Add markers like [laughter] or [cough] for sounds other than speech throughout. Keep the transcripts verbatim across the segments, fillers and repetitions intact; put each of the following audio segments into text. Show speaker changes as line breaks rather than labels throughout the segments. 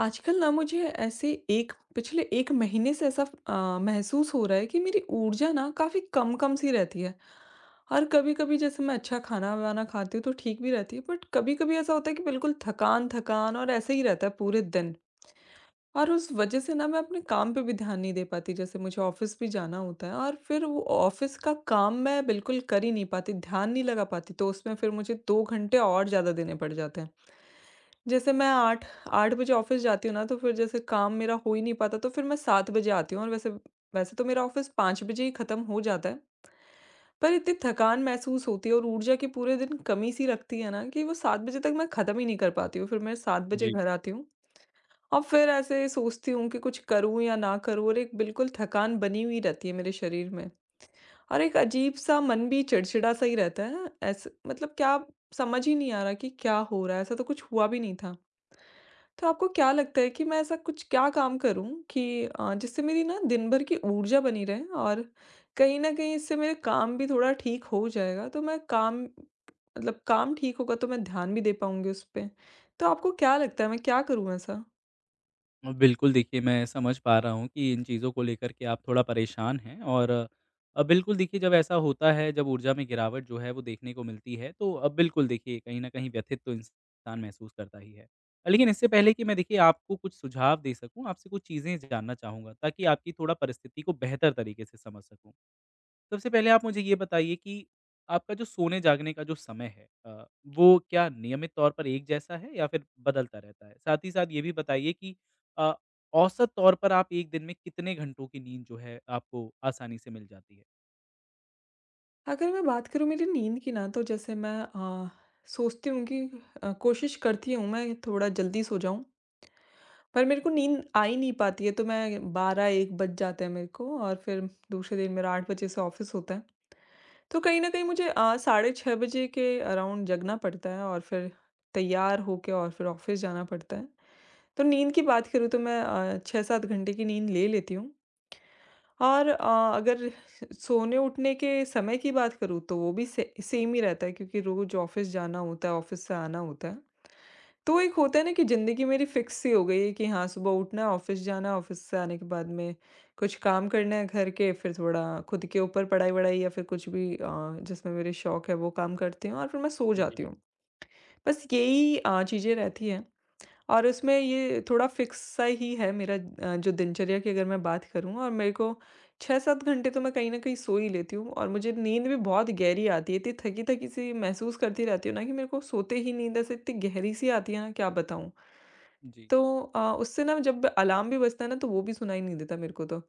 आजकल ना मुझे ऐसे एक पिछले एक महीने से ऐसा अ, महसूस हो रहा है कि मेरी ऊर्जा ना काफ़ी कम कम सी रहती है। और कभी-कभी जैसे मैं अच्छा खाना-वाना खाती हूँ तो ठीक भी रहती है, बट कभी-कभी ऐसा होता है कि बिल्कुल थकान-थकान और ऐसे ही रहता है पूरे दिन। और उस वजह से ना मैं अपने काम पे भी ध्यान नहीं दे पाती, जैसे मुझे ऑफिस भी जाना होता है और फिर वो ऑफिस का काम मैं बिल्कुल कर ही नहीं पाती, ध्यान नहीं लगा पाती, तो उसमें फिर मुझे दो घंटे और ज़्यादा देने पड़ जाते हैं। जैसे मैं आठ आठ बजे ऑफ़िस जाती हूँ ना, तो फिर जैसे काम मेरा हो ही नहीं पाता, तो फिर मैं सात बजे आती हूँ, और वैसे वैसे तो मेरा ऑफ़िस पाँच बजे ही ख़त्म हो जाता है, पर इतनी थकान महसूस होती है और ऊर्जा की पूरे दिन कमी सी लगती है ना कि वो सात बजे तक मैं ख़त्म ही नहीं कर पाती हूँ। फिर मैं सात बजे
जी।
घर आती हूँ, और फिर ऐसे सोचती हूँ कि कुछ करूँ या ना करूँ, और एक बिल्कुल थकान बनी हुई रहती है मेरे शरीर में। और एक अजीब-सा मन भी चिड़चिड़ा-सा ही रहता है। ऐसे मतलब क्या समझ ही नहीं आ रहा कि क्या हो रहा है? ऐसा तो कुछ हुआ भी नहीं था। तो आपको क्या लगता है कि मैं ऐसा कुछ क्या काम करूँ कि अ, जिससे मेरी ना दिन भर की ऊर्जा बनी रहे, और कहीं न कहीं इससे मेरे काम भी थोड़ा ठीक हो जाएगा। तो मैं काम मतलब काम ठीक होगा तो मैं ध्यान भी दे पाऊँगी उस पे। तो आपको क्या लगता है मैं क्या करूँ ऐसा?
बिल्कुल, देखिए मैं समझ पा रहा हूँ कि इन चीज़ों को लेकर के आप थोड़ा परेशान हैं और अ, बिल्कुल देखिए जब ऐसा होता है, जब ऊर्जा में गिरावट जो है वो देखने को मिलती है, तो अब बिल्कुल देखिए कहीं न कहीं व्यथित तो इंसान महसूस करता ही है। लेकिन इससे पहले कि मैं देखिए आपको कुछ सुझाव दे सकूँ, आपसे कुछ चीज़ें जानना चाहूँगा ताकि आपकी थोड़ा परिस्थिति को बेहतर तरीके से समझ सकूँ। सबसे पहले आप मुझे ये बताइए कि आपका जो सोने-जागने का जो समय है अ, वो क्या नियमित तौर पर एक जैसा है या फिर बदलता रहता है? साथ ही साथ ये भी बताइए कि अ, औसत तौर पर आप एक दिन में कितने घंटों की नींद जो है आपको आसानी से मिल जाती है?
अगर मैं बात करूँ मेरी नींद की ना, तो जैसे मैं अ, सोचती हूँ कि अ, कोशिश करती हूँ मैं थोड़ा जल्दी सो जाऊँ। पर मेरे को नींद आ ही नहीं पाती है, तो मैं बारह एक बज जाते हैं मेरे को, और फिर दूसरे दिन मेरा आठ बजे से ऑफिस होता है। तो कहीं न कहीं मुझे अ, साढ़े छह बजे के अराउंड जगना पड़ता है, और फिर तैयार होके और फिर ऑफिस जाना पड़ता है। तो नींद की बात करूँ तो मैं अ, छह सात घंटे की नींद ले लेती हूँ। और अ, अगर सोने उठने के समय की बात करूँ तो वो भी से सेम ही रहता है, क्योंकि रोज़ ऑफिस जाना होता है, ऑफिस से आना होता है। तो एक होता है ना कि ज़िंदगी मेरी फिक्स सी हो गई है, कि हाँ, सुबह उठना है, ऑफ़िस जाना है, ऑफ़िस से आने के बाद में कुछ काम करना है घर के, फिर थोड़ा खुद के ऊपर पढ़ाई-वढ़ाई या फिर कुछ भी अ, जिसमें मेरे शौक है वो काम करती हूँ, और फिर मैं सो जाती
जी।
हूँ। बस यही अ, चीज़ें रहती हैं, और उसमें ये थोड़ा फिक्स सा ही है मेरा अ, जो दिनचर्या की अगर मैं बात करूँ, और मेरे को छह सात घंटे तो मैं कहीं न कहीं सो ही लेती हूँ, और मुझे नींद भी बहुत गहरी आती है, इतनी थकी-थकी सी महसूस करती रहती हूँ ना कि मेरे को सोते ही नींद ऐसे इतनी गहरी सी आती है ना, क्या बताऊँ।
जी।
तो अ, उससे ना जब अलार्म भी बजता है ना तो वो भी सुनाई नहीं देता मेरे को तो।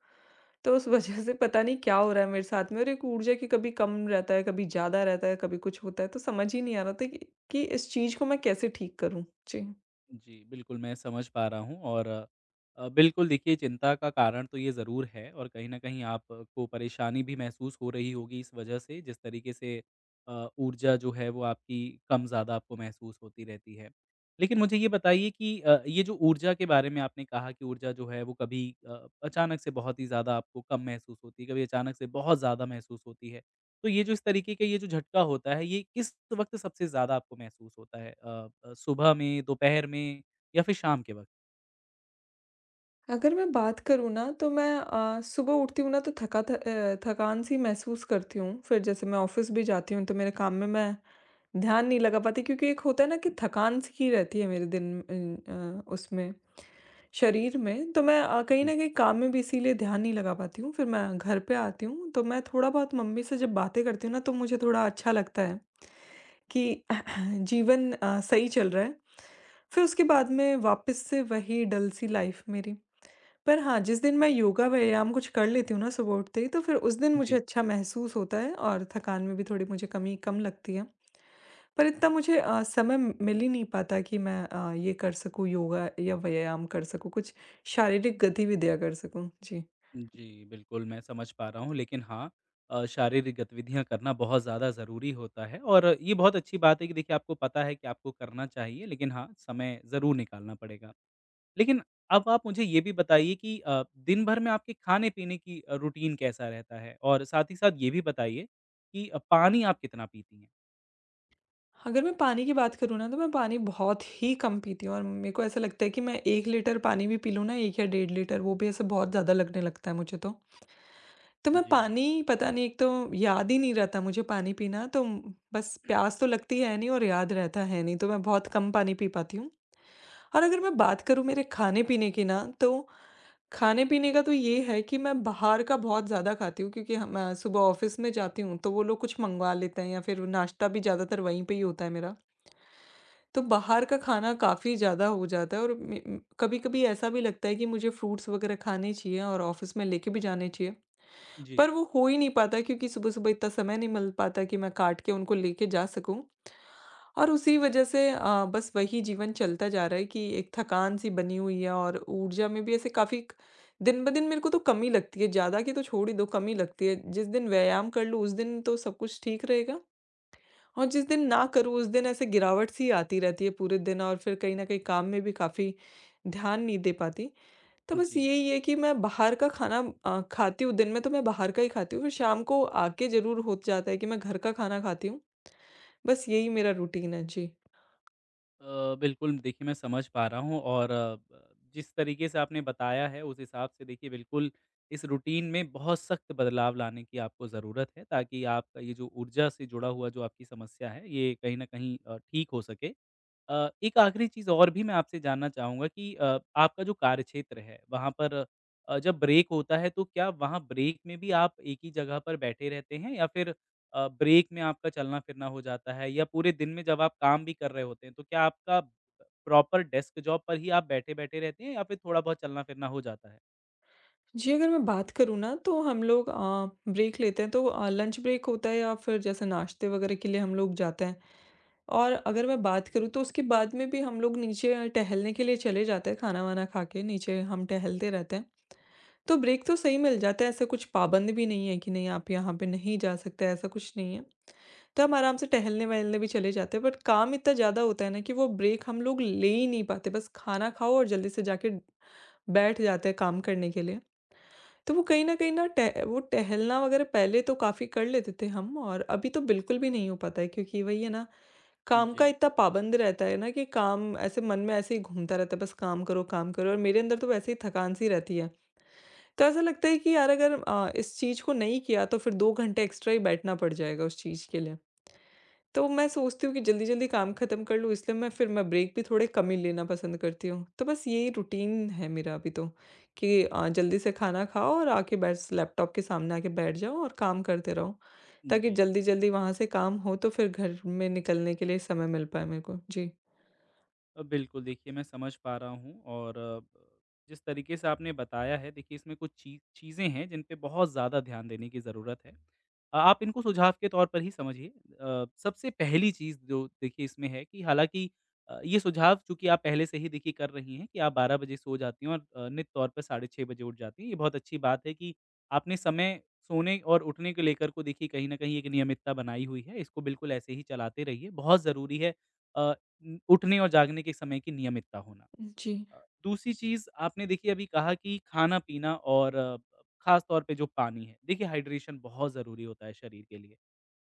तो उस वजह से पता नहीं क्या हो रहा है मेरे साथ में, और एक ऊर्जा की कभी कम रहता है, कभी ज़्यादा रहता है, कभी कुछ होता है, तो समझ ही नहीं आ रहा था कि कि इस चीज़ को मैं कैसे ठीक करूँ? जी।
जी, बिल्कुल मैं समझ पा रहा हूँ और अ, बिल्कुल देखिए चिंता का कारण तो ये ज़रूर है और कहीं न कहीं आपको परेशानी भी महसूस हो रही होगी इस वजह से जिस तरीके से अ, ऊर्जा जो है वो आपकी कम-ज़्यादा आपको महसूस होती रहती है। लेकिन मुझे ये बताइए कि अ, ये जो ऊर्जा के बारे में आपने कहा कि ऊर्जा जो है वो कभी अ, अचानक से बहुत ही ज़्यादा आपको कम महसूस होती है, कभी अचानक से बहुत ज़्यादा महसूस होती है। तो ये जो इस तरीके का ये जो झटका होता है, ये किस वक़्त सबसे ज़्यादा आपको महसूस होता है? अ अ, सुबह में, दोपहर में या फिर शाम के वक़्त?
अगर मैं बात करूँ ना, तो मैं अ, सुबह उठती हूँ ना तो थका थ अ, थकान-सी महसूस करती हूँ। फिर जैसे मैं ऑफ़िस भी जाती हूँ तो मेरे काम में मैं ध्यान नहीं लगा पाती, क्योंकि एक होता है ना कि थकान-सी ही रहती है मेरे दिन अ अ, उसमें। शरीर में, तो मैं अ, कहीं
जी।
न कहीं काम में भी इसीलिए ध्यान नहीं लगा पाती हूँ। फिर मैं घर पे आती हूँ, तो मैं थोड़ा-बहुत मम्मी से जब बातें करती हूँ ना, तो मुझे थोड़ा अच्छा लगता है कि [clears throat] जीवन अ, सही चल रहा है। फिर उसके बाद में वापस से वही डल सी लाइफ़ मेरी। पर हाँ, जिस दिन मैं योगा व्यायाम कुछ कर लेती हूँ ना सुबह उठते ही, तो फिर उस दिन मुझे
जी।
अच्छा महसूस होता है और थकान में भी थोड़ी मुझे कमी कम लगती है। पर इतना मुझे अ, समय मिल ही नहीं पाता कि मैं अ, ये कर सकूँ, योगा या व्यायाम कर सकूँ, कुछ शारीरिक गतिविधियाँ कर सकूँ। जी।
जी, बिल्कुल मैं समझ पा रहा हूँ लेकिन हाँ, अ, शारीरिक गतिविधियाँ करना बहुत ज़्यादा ज़रूरी होता है और ये बहुत अच्छी बात है कि देखिए आपको पता है कि आपको करना चाहिए लेकिन हाँ, समय ज़रूर निकालना पड़ेगा। लेकिन अब आप मुझे ये भी बताइए कि अ, दिन भर में आपके खाने-पीने की अ, रूटीन कैसा रहता है? और साथ ही साथ ये भी बताइए कि अ, पानी आप कितना पीती हैं?
अगर मैं पानी की बात करूँ ना, तो मैं पानी बहुत ही कम पीती हूँ, और मेरे को ऐसा लगता है कि मैं एक लीटर पानी भी पी लूँ ना, एक या डेढ़ लीटर, वो भी ऐसे बहुत ज़्यादा लगने लगता है मुझे तो। तो मैं
जी।
पानी पता नहीं, एक तो याद ही नहीं रहता मुझे पानी पीना, तो म- बस प्यास तो लगती है नहीं और याद रहता है नहीं, तो मैं बहुत कम पानी पी पाती हूँ। और अगर मैं बात करूँ मेरे खाने-पीने की ना, तो खाने-पीने का तो ये है कि मैं बाहर का बहुत ज़्यादा खाती हूँ, क्योंकि हम अ, सुबह ऑफ़िस में जाती हूँ, तो वो लोग कुछ मँगवा लेते हैं, या फिर नाश्ता भी ज़्यादातर वहीं पे ही होता है मेरा। तो बाहर का खाना काफ़ी ज़्यादा हो जाता है, और मे उम, कभी-कभी ऐसा भी लगता है कि मुझे फ्रूट्स वग़ैरह खाने चाहिए और ऑफ़िस में लेके भी जाने चाहिए।
जी,
पर वो हो ही नहीं पाता, क्योंकि सुबह-सुबह इतना समय नहीं मिल पाता कि मैं काट के उनको लेके जा सकूँ। और उसी वजह से अ, बस वही जीवन चलता जा रहा है कि एक थकान-सी बनी हुई है, और ऊर्जा में भी ऐसे काफ़ी क दिन-ब-दिन मेरे को तो कमी लगती है, ज़्यादा की तो छोड़ ही दो, कमी लगती है। जिस दिन व्यायाम कर लूँ, उस दिन तो सब कुछ ठीक रहेगा, और जिस दिन ना करूँ, उस दिन ऐसे गिरावट-सी आती रहती है पूरे दिन, और फिर कहीं न कहीं काम में भी काफ़ी ध्यान नहीं दे पाती। तो बस
जी।
यही है कि मैं बाहर का खाना अ, खाती हूँ, दिन में तो मैं बाहर का ही खाती हूँ, फिर शाम को आके ज़रूर हो जाता है कि मैं घर का खाना खाती हूँ। बस यही मेरा रूटीन है। जी।
अ, बिल्कुल देखिए मैं समझ पा रहा हूँ और अ, ब जिस तरीके से आपने बताया है उस हिसाब से देखिए बिल्कुल इस रूटीन में बहुत सख्त बदलाव लाने की आपको ज़रूरत है ताकि आपका ये जो ऊर्जा से जुड़ा हुआ जो आपकी समस्या है ये कहीं न कहीं अ, ठीक हो सके। अ, एक आखिरी चीज़ और भी मैं आपसे जानना चाहूँगा कि अ, आपका जो कार्यक्षेत्र है वहाँ पर अ, जब ब्रेक होता है तो क्या वहाँ ब्रेक में भी आप एक ही जगह पर बैठे रहते हैं या फिर अ, ब्रेक में आपका चलना-फिरना हो जाता है या पूरे दिन में जब आप काम भी कर रहे होते हैं, तो क्या आपका प्रॉपर डेस्क जॉब पर ही आप बैठे-बैठे रहते हैं या फिर थोड़ा बहुत चलना-फिरना हो जाता है?
जी, अगर मैं बात करूँ ना, तो हम लोग अ, ब्रेक लेते हैं तो अ, लंच ब्रेक होता है, या फिर जैसे नाश्ते वगैरह के लिए हम लोग जाते हैं। और अगर मैं बात करूँ तो उसके बाद में भी हम लोग नीचे अ, टहलने के लिए चले जाते हैं, खाना-वाना खा के नीचे हम टहलते रहते हैं। तो ब्रेक तो सही मिल जाता है, ऐसा कुछ पाबंद भी नहीं है कि नहीं, आप यहाँ पे नहीं जा सकते, ऐसा कुछ नहीं है। तो हम आराम से टहलने-वहलने भी चले जाते हैं, बट काम इतना ज़्यादा होता है ना कि वो ब्रेक हम लोग ले ही नहीं पाते। बस खाना खाओ और जल्दी से जाके बैठ जाते हैं काम करने के लिए। तो वो कहीं न कहीं ना टह वो टहलना वगैरह पहले तो काफ़ी कर लेते थे हम, और अभी तो बिल्कुल भी नहीं हो पाता है, क्योंकि वही है ना, काम का
जी,
इतना पाबंद रहता है ना कि काम ऐसे मन में ऐसे ही घूमता रहता है, बस काम करो, काम करो, और मेरे अंदर तो वैसे ही थकान-सी रहती है। तो ऐसा लगता है कि यार, अगर अ, इस चीज़ को नहीं किया तो फिर दो घंटे एक्स्ट्रा ही बैठना पड़ जाएगा उस चीज़ के लिए। तो मैं सोचती हूँ कि जल्दी-जल्दी काम खत्म कर लूँ, इसलिए मैं फिर मैं ब्रेक भी थोड़े कम ही लेना पसंद करती हूँ। तो बस यही रूटीन है मेरा अभी तो, कि अ, जल्दी से खाना खाओ और आके बस लैपटॉप के सामने आके बैठ जाओ और काम करते रहो। ताकि
जी।
जल्दी-जल्दी वहाँ से काम हो तो फिर घर में निकलने के लिए समय मिल पाए मेरे को। जी।
अ, बिल्कुल, देखिए मैं समझ पा रहा हूँ और अ, ब जिस तरीके से आपने बताया है देखिए इसमें कुछ ची चीज़ें हैं जिन पे बहुत ज़्यादा ध्यान देने की ज़रूरत है। अ, आप इनको सुझाव के तौर पर ही समझिए। अ, सबसे पहली चीज़ जो देखिए इसमें है कि हालाँकि अ, ये सुझाव चूँकि आप पहले से ही देखिए कर रही हैं कि आप बारह बजे सो जाती हैं और अ, नित तौर पर साढ़े छह बजे उठ जाती हैं। ये बहुत अच्छी बात है कि आपने समय सोने और उठने को लेकर को देखिए कहीं न कहीं एक नियमितता बनाई हुई है। इसको बिल्कुल ऐसे ही चलाते रहिए, बहुत ज़रूरी है। अ, उम, उठने और जागने के समय की नियमितता होना।
जी,
अ, दूसरी चीज़ आपने देखिए अभी कहा कि खाना-पीना और ख़ास तौर पे जो पानी है, देखिए हाइड्रेशन बहुत ज़रूरी होता है शरीर के लिए।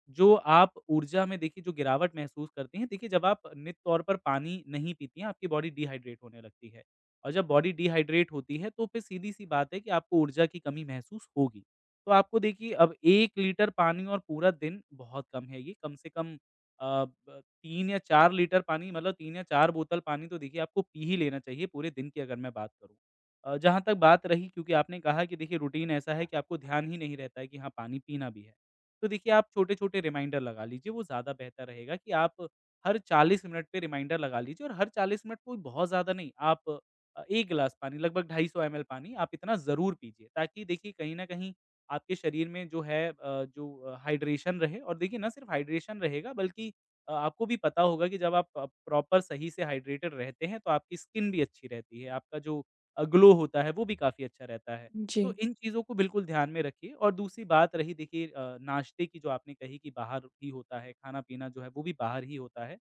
जो आप ऊर्जा में देखिए जो गिरावट महसूस करती हैं, देखिए जब आप नित तौर पर पानी नहीं पीती हैं, आपकी बॉडी डिहाइड्रेट होने लगती है और जब बॉडी डिहाइड्रेट होती है, तो फिर सीधी-सी बात है कि आपको ऊर्जा की कमी महसूस होगी। तो आपको देखिए अब एक लीटर पानी और पूरा दिन बहुत कम है ये, कम से कम अ, ब तीन या चार लीटर पानी मतलब तीन या चार बोतल पानी तो देखिए आपको पी ही लेना चाहिए पूरे दिन की अगर मैं बात करूँ। अ, जहाँ तक बात रही क्योंकि आपने कहा कि देखिए रूटीन ऐसा है कि आपको ध्यान ही नहीं रहता है कि हाँ, पानी पीना भी है। तो देखिए आप छोटे-छोटे रिमाइंडर लगा लीजिए, वो ज़्यादा बेहतर रहेगा कि आप हर चालीस मिनट पे रिमाइंडर लगा लीजिए और हर चालीस मिनट कोई बहुत ज़्यादा नहीं, आप अ, एक गिलास पानी लगभग दो सौ पचास एमएल पानी आप इतना ज़रूर पीजिए, ताकि देखिए कहीं न कहीं आपके शरीर में जो है अ, जो अ, हाइड्रेशन रहे और देखिए ना सिर्फ हाइड्रेशन रहेगा बल्कि अ, आपको भी पता होगा कि जब आप अ, प्रॉपर सही से हाइड्रेटेड रहते हैं, तो आपकी स्किन भी अच्छी रहती है, आपका जो अ, ग्लो होता है वो भी काफ़ी अच्छा रहता है। तो
जी,
इन चीज़ों को बिल्कुल ध्यान में रखिए और दूसरी बात रही देखिए अ, नाश्ते की जो आपने कही कि बाहर ही होता है, खाना-पीना जो है वो भी बाहर ही होता है।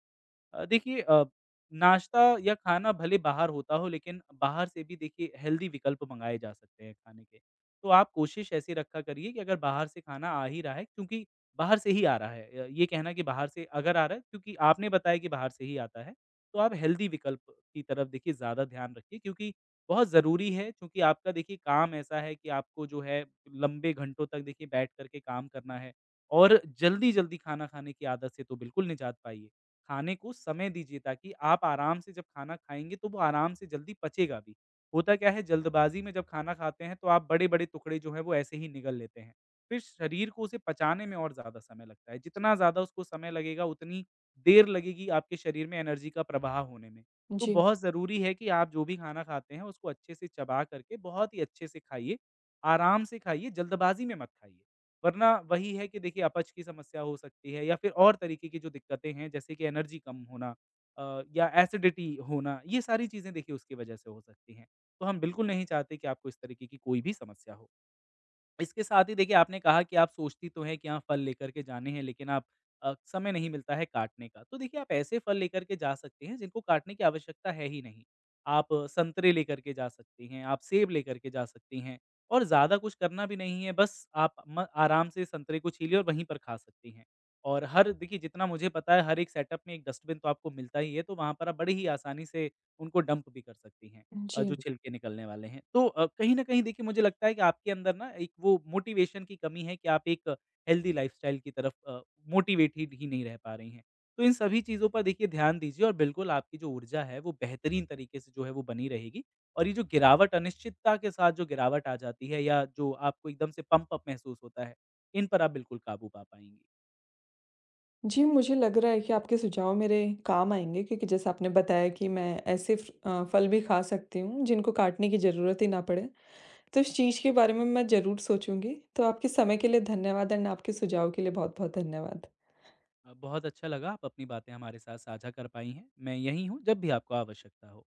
अ, देखिए अ, नाश्ता या खाना भले बाहर होता हो लेकिन बाहर से भी देखिए हेल्दी विकल्प मंगाए जा सकते हैं खाने के। तो आप कोशिश ऐसी रखा करिए कि अगर बाहर से खाना आ ही रहा है क्योंकि बाहर से ही आ रहा है। अ, ये कहना कि बाहर से अगर आ रहा है क्योंकि आपने बताया कि बाहर से ही आता है, तो आप हेल्दी विकल्प की तरफ देखिए ज़्यादा ध्यान रखिए, क्योंकि बहुत ज़रूरी है क्योंकि आपका देखिए काम ऐसा है कि आपको जो है लंबे घंटों तक देखिए बैठ कर के काम करना है और जल्दी-जल्दी खाना खाने की आदत से तो बिल्कुल निजात पाइए। खाने को समय दीजिए ताकि आप आराम से जब खाना खाएँगे तो वो आराम से जल्दी पचेगा भी। होता क्या है, जल्दबाज़ी में जब खाना खाते हैं तो आप बड़े-बड़े टुकड़े जो हैं वो ऐसे ही निगल लेते हैं। फिर शरीर को उसे पचाने में और ज़्यादा समय लगता है। जितना ज़्यादा उसको समय लगेगा उतनी देर लगेगी आपके शरीर में एनर्जी का प्रवाह होने में। तो
जी,
बहुत ज़रूरी है कि आप जो भी खाना खाते हैं उसको अच्छे से चबा करके बहुत ही अच्छे से खाइए, आराम से खाइए, जल्दबाज़ी में मत खाइए। वरना वही है कि देखिए अपच की समस्या हो सकती है या फिर और तरीके की जो दिक्कतें हैं जैसे कि एनर्जी कम होना अ, या एसिडिटी होना, ये सारी चीज़ें देखिए उसकी वजह से हो सकती हैं। तो हम बिल्कुल नहीं चाहते कि आपको इस तरीके की कोई भी समस्या हो। इसके साथ ही देखिए आपने कहा कि आप सोचती तो हैं कि हाँ, फल लेकर के जाने हैं लेकिन आप अ, समय नहीं मिलता है काटने का। तो देखिए आप ऐसे फल लेकर के जा सकते हैं जिनको काटने की आवश्यकता है ही नहीं। आप अ, संतरे लेकर के जा सकती हैं, आप सेब लेकर के जा सकती हैं और ज़्यादा कुछ करना भी नहीं है, बस आप म आराम से संतरे को छीलिए और वहीं पर खा सकती हैं। और हर देखिए जितना मुझे पता है हर एक सेटअप में एक डस्टबिन तो आपको मिलता ही है, तो वहाँ पर आप बड़े ही आसानी से उनको डंप भी कर सकती हैं, अ,
जी।
जो छिलके निकलने वाले हैं। तो अ, कहीं न कहीं देखिए मुझे लगता है कि आपके अंदर ना एक वो मोटिवेशन की कमी है कि आप एक हेल्दी लाइफ़स्टाइल की तरफ अ, मोटिवेटेड ही नहीं रह पा रही हैं। तो इन सभी चीज़ों पर देखिए ध्यान दीजिए और बिल्कुल आपकी जो ऊर्जा है वो बेहतरीन तरीके से जो है वो बनी रहेगी। और ये जो गिरावट अनिश्चितता के साथ जो गिरावट आ जाती है या जो आपको एकदम से पम्प अप महसूस होता है, इन पर आप बिल्कुल काबू पा पाएँगी।
जी, मुझे लग रहा है कि आपके सुझाव मेरे काम आएँगे, क्योंकि जैसे आपने बताया कि मैं ऐसे फ अ, फल भी खा सकती हूँ जिनको काटने की ज़रूरत ही ना पड़े। तो इस चीज़ के बारे में मैं ज़रूर सोचूँगी। तो आपके समय के लिए धन्यवाद, एंड आपके सुझाव के लिए बहुत-बहुत धन्यवाद।
अ, बहुत अच्छा लगा आप अपनी बातें हमारे साथ साझा कर पाई हैं। मैं यहीं हूँ जब भी आपको आवश्यकता हो।